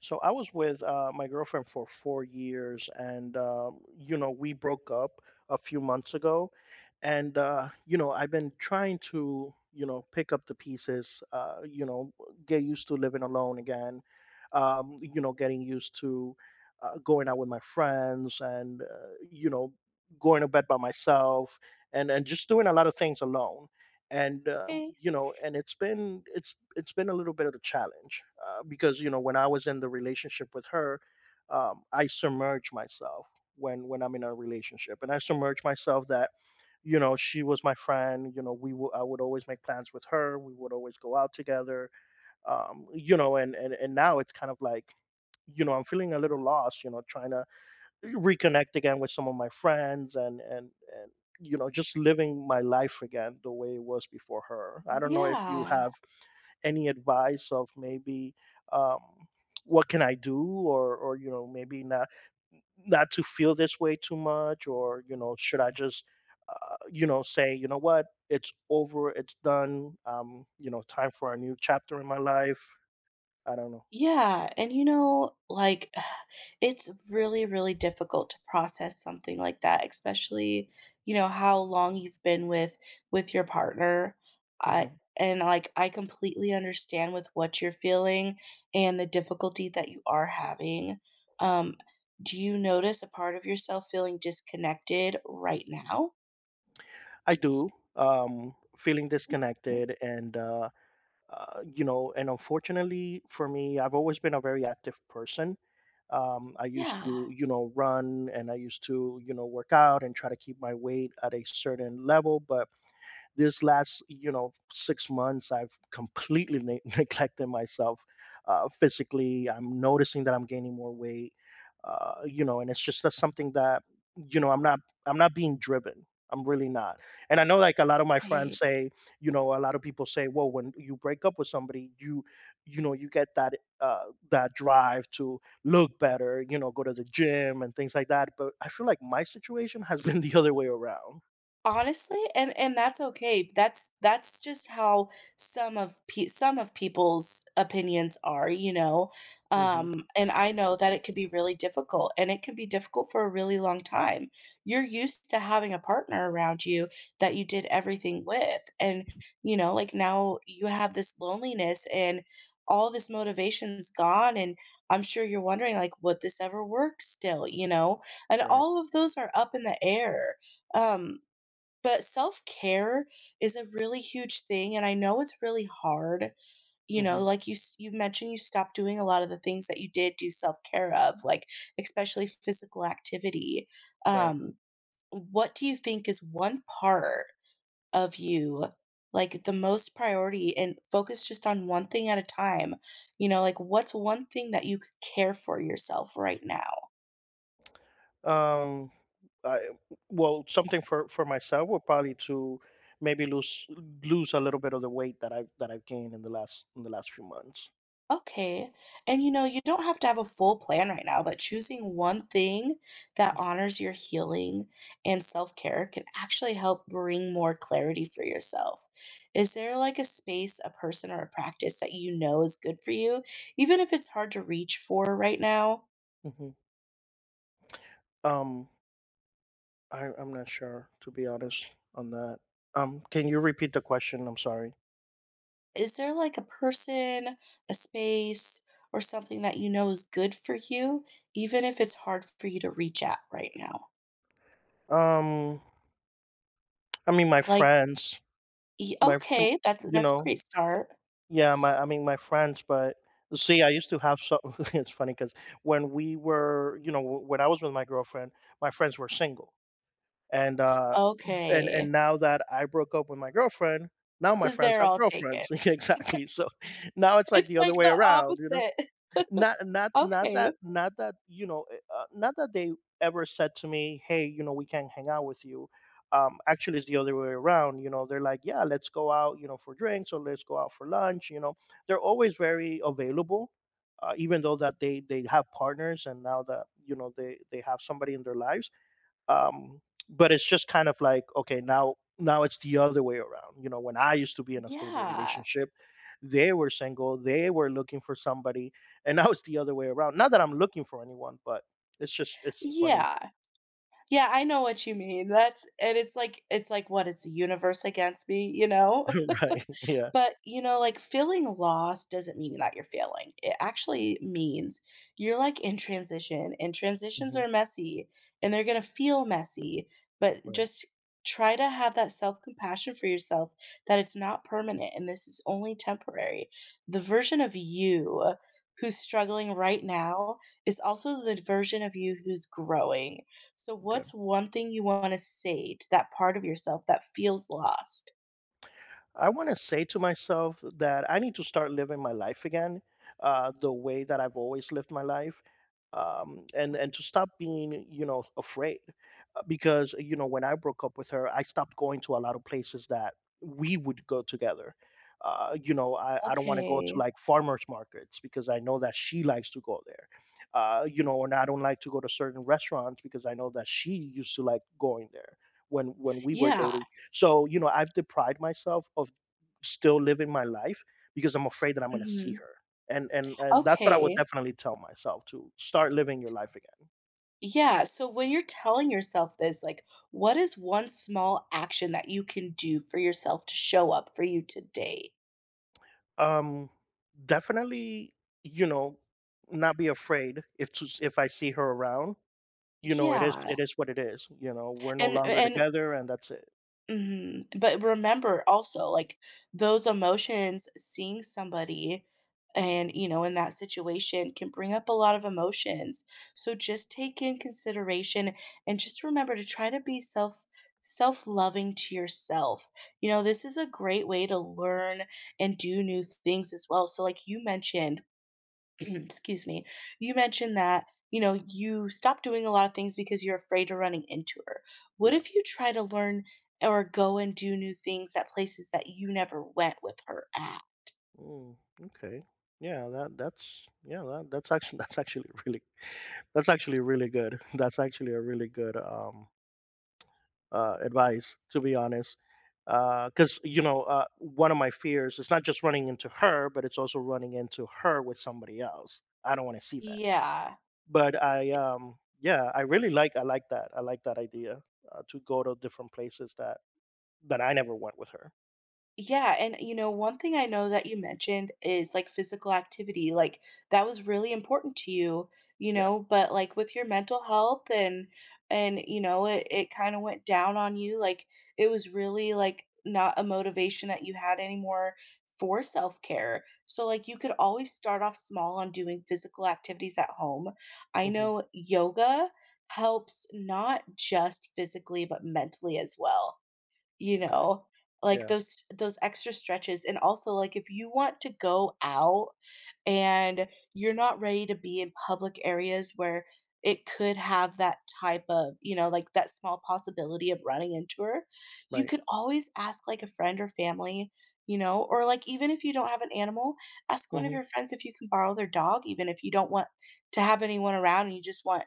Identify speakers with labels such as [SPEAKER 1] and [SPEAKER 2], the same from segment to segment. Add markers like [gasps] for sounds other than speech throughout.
[SPEAKER 1] So I was with my girlfriend for 4 years, and you know we broke up a few months ago, and I've been trying to pick up the pieces, get used to living alone again, getting used to going out with my friends, and you know going to bed by myself, and just doing a lot of things alone and
[SPEAKER 2] Eh,
[SPEAKER 1] And it's been a little bit of a challenge because when I was in the relationship with her, I submerge myself. When I'm in a relationship and I submerge myself, that she was my friend. We would I would always make plans with her. We would always go out together. And now it's kind of like, I'm feeling a little lost, trying to reconnect again with some of my friends. And just living my life again the way it was before her. I don't know if you
[SPEAKER 2] yeah.
[SPEAKER 1] have any advice of, maybe, um, what can I do? Or, maybe, not to feel this way too much? Or, you know, should I just, say, "You know what? It's over. It's done. Time for a new chapter in my life." I don't know.
[SPEAKER 2] Yeah. And you know, like [sighs] it's really, really difficult to process something like that, especially, you know, how long you've been with your partner. I
[SPEAKER 1] Mhm.
[SPEAKER 2] and like I completely understand with what you're feeling and the difficulty that you are having. Um, do you notice a part of yourself feeling disconnected right now?
[SPEAKER 1] I do. Feeling disconnected, and, you know, and unfortunately for me, I've always been a very active person. I used
[SPEAKER 2] Yeah.
[SPEAKER 1] to, you know, run, and I used to, you know, work out and try to keep my weight at a certain level. But this last, you know, 6 months, I've completely ne- [laughs] neglected myself. Physically, I'm noticing that I'm gaining more weight. You know, and it's just, that's something that, you know, I'm not being driven. I'm really not. And I know, like, a lot of my friends
[SPEAKER 2] Okay.
[SPEAKER 1] say, you know, a lot of people say, well, when you break up with somebody, you know, you get that, uh that drive to look better, you know, go to the gym and things like that. But I feel like my situation has [laughs] been the other way around.
[SPEAKER 2] Honestly, and that's okay. That's just how some of pe some of people's opinions are, you know?
[SPEAKER 1] Hmm.
[SPEAKER 2] And I know that it could be really difficult, and it can be difficult for a really long time. You're used to having a partner around you that you did everything with, and, you know, like, now you have this loneliness and all this motivation's gone, and I'm sure you're wondering, like, would this ever work still, you know? And
[SPEAKER 1] Right.
[SPEAKER 2] all of those are up in the air. Um, but self-care is a really huge thing, and I know it's really hard. You know,
[SPEAKER 1] Mm-hmm.
[SPEAKER 2] like, you s you mentioned you stopped doing a lot of the things that you did do self-care of, like, especially physical activity.
[SPEAKER 1] Right.
[SPEAKER 2] Um, what do you think is one part of you, like, the most priority and focus just on one thing at a time? You know, like, what's one thing that you could care for yourself right now?
[SPEAKER 1] Um, I, well, something for myself would probably to maybe lose a little bit of the weight that I've gained in the last, few months.
[SPEAKER 2] Okay. And you know, you don't have to have a full plan right now, but choosing one thing that honors your healing and self-care can actually help bring more clarity for yourself. Is there like a space, a person, or a practice that you know is good for you, even if it's hard to reach for right now?
[SPEAKER 1] Hmm. Um, I, I'm not sure, to be honest, on that. Can you repeat the question? I'm sorry.
[SPEAKER 2] Is there like a person, a space, or something that you know is good for you, even if it's hard for you to reach at right now?
[SPEAKER 1] Um, I mean, my
[SPEAKER 2] Like,
[SPEAKER 1] friends,
[SPEAKER 2] y-
[SPEAKER 1] my f-
[SPEAKER 2] okay, that's
[SPEAKER 1] you
[SPEAKER 2] that's a
[SPEAKER 1] know
[SPEAKER 2] great start.
[SPEAKER 1] yeah, my, I mean, my friends. But see, I used to have some. [laughs] It's funny because when we were, you know, when I was with my girlfriend, my friends were single, and and
[SPEAKER 2] Okay.
[SPEAKER 1] now that I broke up with my girlfriend, now my friends
[SPEAKER 2] They're
[SPEAKER 1] have
[SPEAKER 2] all taken.
[SPEAKER 1] girlfriends. [laughs] Exactly. So now it's like
[SPEAKER 2] It's
[SPEAKER 1] the other
[SPEAKER 2] like
[SPEAKER 1] way
[SPEAKER 2] the
[SPEAKER 1] around, you know.
[SPEAKER 2] opposite. [laughs]
[SPEAKER 1] Not not not
[SPEAKER 2] Okay.
[SPEAKER 1] that not that, you know, not that they ever said to me, "Hey, you know, we can't hang out with you." Actually, it's the other way around. You know, they're like, "Yeah, let's go out, you know, for drinks, or let's go out for lunch." You know, they're always very available, even though that they have partners, and now that, you know, they have somebody in their lives. um but it's just kind of like, okay, now it's the other way around. You know, when I used to be in a stable
[SPEAKER 2] Yeah.
[SPEAKER 1] relationship, they were single, they were looking for somebody. And [laughs] now it's the other way around. Not that I'm looking for anyone, but it's just, it's funny.
[SPEAKER 2] Yeah. Yeah, I know what you mean. That's and it's like, "What is the universe against me?" You know?
[SPEAKER 1] [laughs] Right. Yeah.
[SPEAKER 2] But, you know, like, feeling lost doesn't mean that you're failing. It actually means you're, like, in transition, and transitions
[SPEAKER 1] Hmm.
[SPEAKER 2] are messy, and they're gonna feel messy, but
[SPEAKER 1] Right.
[SPEAKER 2] just try to have that self-compassion for yourself that it's not permanent and this is only temporary. The version of you who's struggling right now is also the version of you who's growing. So
[SPEAKER 1] Okay.
[SPEAKER 2] what's one thing you wanna say to that part of yourself that feels lost?
[SPEAKER 1] I want to say to myself that I need to start living my life again, the way that I've always lived my life, and to stop being, you know, afraid. Because, you know, when I broke up with her, I stopped going to a lot of places that we would go together. You know, I don't want to go to,
[SPEAKER 2] Okay.
[SPEAKER 1] like, farmers markets, because I know that she likes to go there. You know, and I don't like to go to certain restaurants because I know that she used to like going there when we were
[SPEAKER 2] Yeah.
[SPEAKER 1] dating. So, you know, I've deprived myself of still living my life because I'm afraid that I'm gonna see
[SPEAKER 2] Mhm.
[SPEAKER 1] her. And that's what I would
[SPEAKER 2] Okay.
[SPEAKER 1] definitely tell myself: to start living your life again.
[SPEAKER 2] Yeah, so when you're telling yourself this, like, what is one small action that you can do for yourself to show up for you today?
[SPEAKER 1] Um, definitely, you know, not be afraid if, if I see her around. You know, it is
[SPEAKER 2] Yeah,
[SPEAKER 1] what it is. You know, we're no longer
[SPEAKER 2] and
[SPEAKER 1] together, and that's it.
[SPEAKER 2] mhm, but remember also, like, those emotions, seeing somebody and, you know, in that situation can bring up a lot of emotions. So just take in consideration and just remember to try to be self self-loving to yourself. You know, this is a great way to learn and do new things as well. So like you mentioned, [clears throat] excuse me, you mentioned that, you know, you stop doing a lot of things because you're afraid of running into her. What
[SPEAKER 1] Yeah.
[SPEAKER 2] if you try to learn or go and do new things at places that you never went with her at?
[SPEAKER 1] Mm, okay. Yeah. That's actually [laughs] that's actually really good. That's actually a really good, advice, to be honest. Because, you know, one of my fears is not just running into her, but it's also running into her with somebody else. I don't want to see that.
[SPEAKER 2] Yeah.
[SPEAKER 1] But I, yeah, I really like, I like that. I like that idea, to go to different places that, I never went with her.
[SPEAKER 2] Yeah, and you know, one thing I know that you mentioned is like physical activity. Like that was really important to you, you
[SPEAKER 1] Yeah.
[SPEAKER 2] know, but like with your mental health and you know, it kind of went down on you. Like it was really like not a motivation that you had anymore for self-care. So like you could always start off small on doing physical activities at home. I
[SPEAKER 1] Hmm.
[SPEAKER 2] know yoga helps not just physically but mentally as well you
[SPEAKER 1] Okay.
[SPEAKER 2] know? Like,
[SPEAKER 1] Yeah.
[SPEAKER 2] those extra stretches and also, like, if you want to go out and you're not ready to be in public areas where it could have that type of you know, like, that small possibility of running into her, you
[SPEAKER 1] Right.
[SPEAKER 2] could always ask, like, a friend or family, you know? Or, like, even if you don't have an animal, ask one of
[SPEAKER 1] Hmm.
[SPEAKER 2] your friends if you can borrow their dog even if you don't want to have anyone around and you just want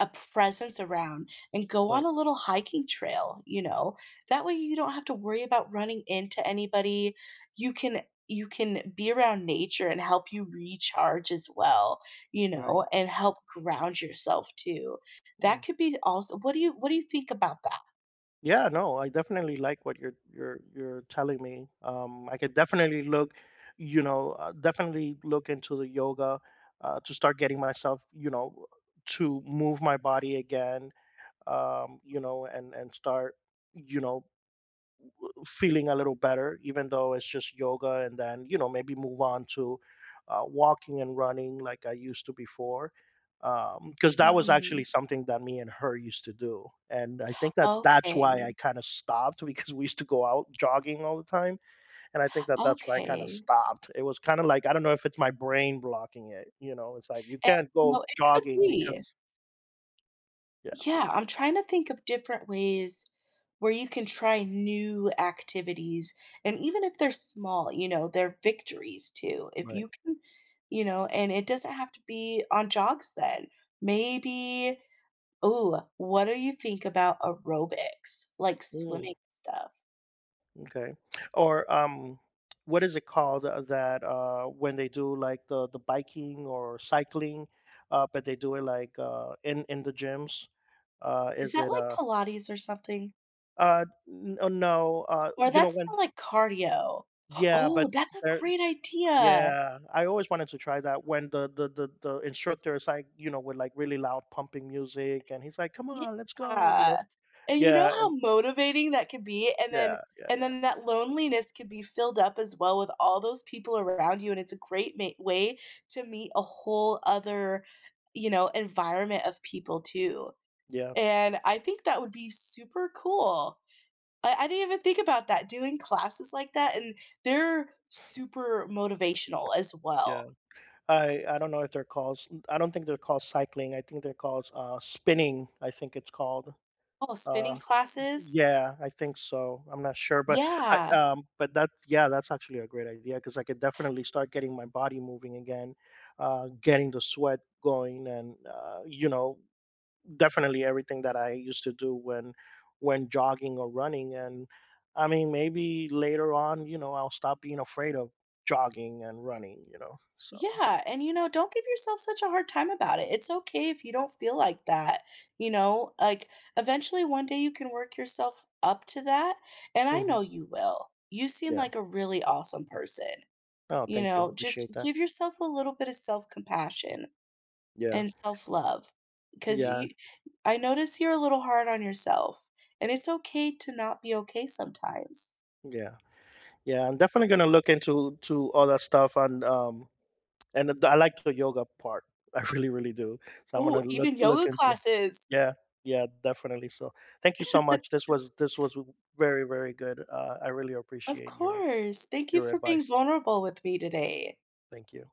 [SPEAKER 2] a presence around and go
[SPEAKER 1] Right.
[SPEAKER 2] on a little hiking trail, you know? That way you don't have to worry about running into anybody. You can you can be around nature and help you recharge as well, you
[SPEAKER 1] Right.
[SPEAKER 2] know, and help ground yourself too.
[SPEAKER 1] Mm.
[SPEAKER 2] That could be also what do you think about that?
[SPEAKER 1] Yeah, no, I definitely like what you're telling me. I could definitely look, you know, definitely look into the yoga, to start getting myself, you know, to move my body again. You know, and start, you know, feeling a little better, even though it's just yoga, and then, you know, maybe move on to walking and running like I used to before, because that was actually
[SPEAKER 2] Mhm.
[SPEAKER 1] something that me and her used to do, and I think that that's why I
[SPEAKER 2] Okay.
[SPEAKER 1] kind of stopped [laughs] because we used to go out jogging all the time, and I think that that's why I kind of
[SPEAKER 2] Okay.
[SPEAKER 1] stopped. It was kind of like, I don't know if it's my brain blocking it, you know, it's like, you
[SPEAKER 2] And,
[SPEAKER 1] can't
[SPEAKER 2] you
[SPEAKER 1] go
[SPEAKER 2] know, it could
[SPEAKER 1] jogging
[SPEAKER 2] be.
[SPEAKER 1] because, yeah,
[SPEAKER 2] Yeah, I'm trying to think of different ways where you can try new activities. And even if they're small, you know, they're victories too. If
[SPEAKER 1] right.
[SPEAKER 2] you can, you know, and it doesn't have to be on jogs then. Maybe, oh, what do you think about aerobics, like swimming and stuff?
[SPEAKER 1] Okay. Or, what is it called, that, when they do like the biking or cycling, but they do it like, in the gyms? Uh,
[SPEAKER 2] Is
[SPEAKER 1] is
[SPEAKER 2] that
[SPEAKER 1] it
[SPEAKER 2] like
[SPEAKER 1] uh
[SPEAKER 2] Pilates or something?
[SPEAKER 1] no,
[SPEAKER 2] Or
[SPEAKER 1] you know,
[SPEAKER 2] that's
[SPEAKER 1] when
[SPEAKER 2] not like cardio. [gasps]
[SPEAKER 1] yeah, but
[SPEAKER 2] Oh, that's a
[SPEAKER 1] there,
[SPEAKER 2] great idea.
[SPEAKER 1] yeah, I always wanted to try that, when the instructor is like, you know, with like really loud pumping music, and he's like, come on, let's go, you know.
[SPEAKER 2] Yeah, and you know
[SPEAKER 1] Yeah.
[SPEAKER 2] how
[SPEAKER 1] And
[SPEAKER 2] motivating that could be,
[SPEAKER 1] yeah, yeah,
[SPEAKER 2] and
[SPEAKER 1] yeah,
[SPEAKER 2] then that loneliness could be filled up as well with all those people around you, and it's a great ma way to meet a whole other, you know, environment of people too,
[SPEAKER 1] yeah,
[SPEAKER 2] and I think that would be super cool. I didn't even think about that, doing classes like that, and they're super motivational as
[SPEAKER 1] yeah.
[SPEAKER 2] well.
[SPEAKER 1] I don't know if they're called. I don't think they're called cycling. I think they're called, spinning, I think it's called.
[SPEAKER 2] Oh, spinning
[SPEAKER 1] Uh,
[SPEAKER 2] classes?
[SPEAKER 1] yeah, I think so. I'm not sure. But I,
[SPEAKER 2] Yeah.
[SPEAKER 1] but that, yeah, that's actually a great idea, because I could definitely start getting my body moving again, getting the sweat going, and, you know, definitely everything that I used to do when jogging or running. And I mean, maybe later on, you know, I'll stop being afraid of jogging and running. You know, so.
[SPEAKER 2] Yeah, and you know, don't give yourself such a hard time about it. It's okay if you don't feel like that, you know? Like eventually one day you can work yourself up to that, and I
[SPEAKER 1] Mhm.
[SPEAKER 2] know you will. You seem like a really awesome person.
[SPEAKER 1] Oh,
[SPEAKER 2] You
[SPEAKER 1] thank you.
[SPEAKER 2] know, just
[SPEAKER 1] Appreciate that.
[SPEAKER 2] give yourself a little bit of self-compassion
[SPEAKER 1] Yeah.
[SPEAKER 2] and self-love because
[SPEAKER 1] Yeah.
[SPEAKER 2] you I notice you're a little hard on yourself, and it's okay to not be okay sometimes.
[SPEAKER 1] Yeah. Yeah. I'm definitely gonna look into to all that stuff, and I like the yoga part. [laughs] I really, really do. So I'm gonna
[SPEAKER 2] Oh, even
[SPEAKER 1] look
[SPEAKER 2] yoga
[SPEAKER 1] into that.
[SPEAKER 2] classes.
[SPEAKER 1] Yeah. Yeah, definitely. So thank you so
[SPEAKER 2] [laughs]
[SPEAKER 1] much. This was very, very good. Uh, I really
[SPEAKER 2] Of
[SPEAKER 1] appreciate your
[SPEAKER 2] course. Thank you
[SPEAKER 1] your
[SPEAKER 2] for being
[SPEAKER 1] advice.
[SPEAKER 2] vulnerable with me today.
[SPEAKER 1] Thank you.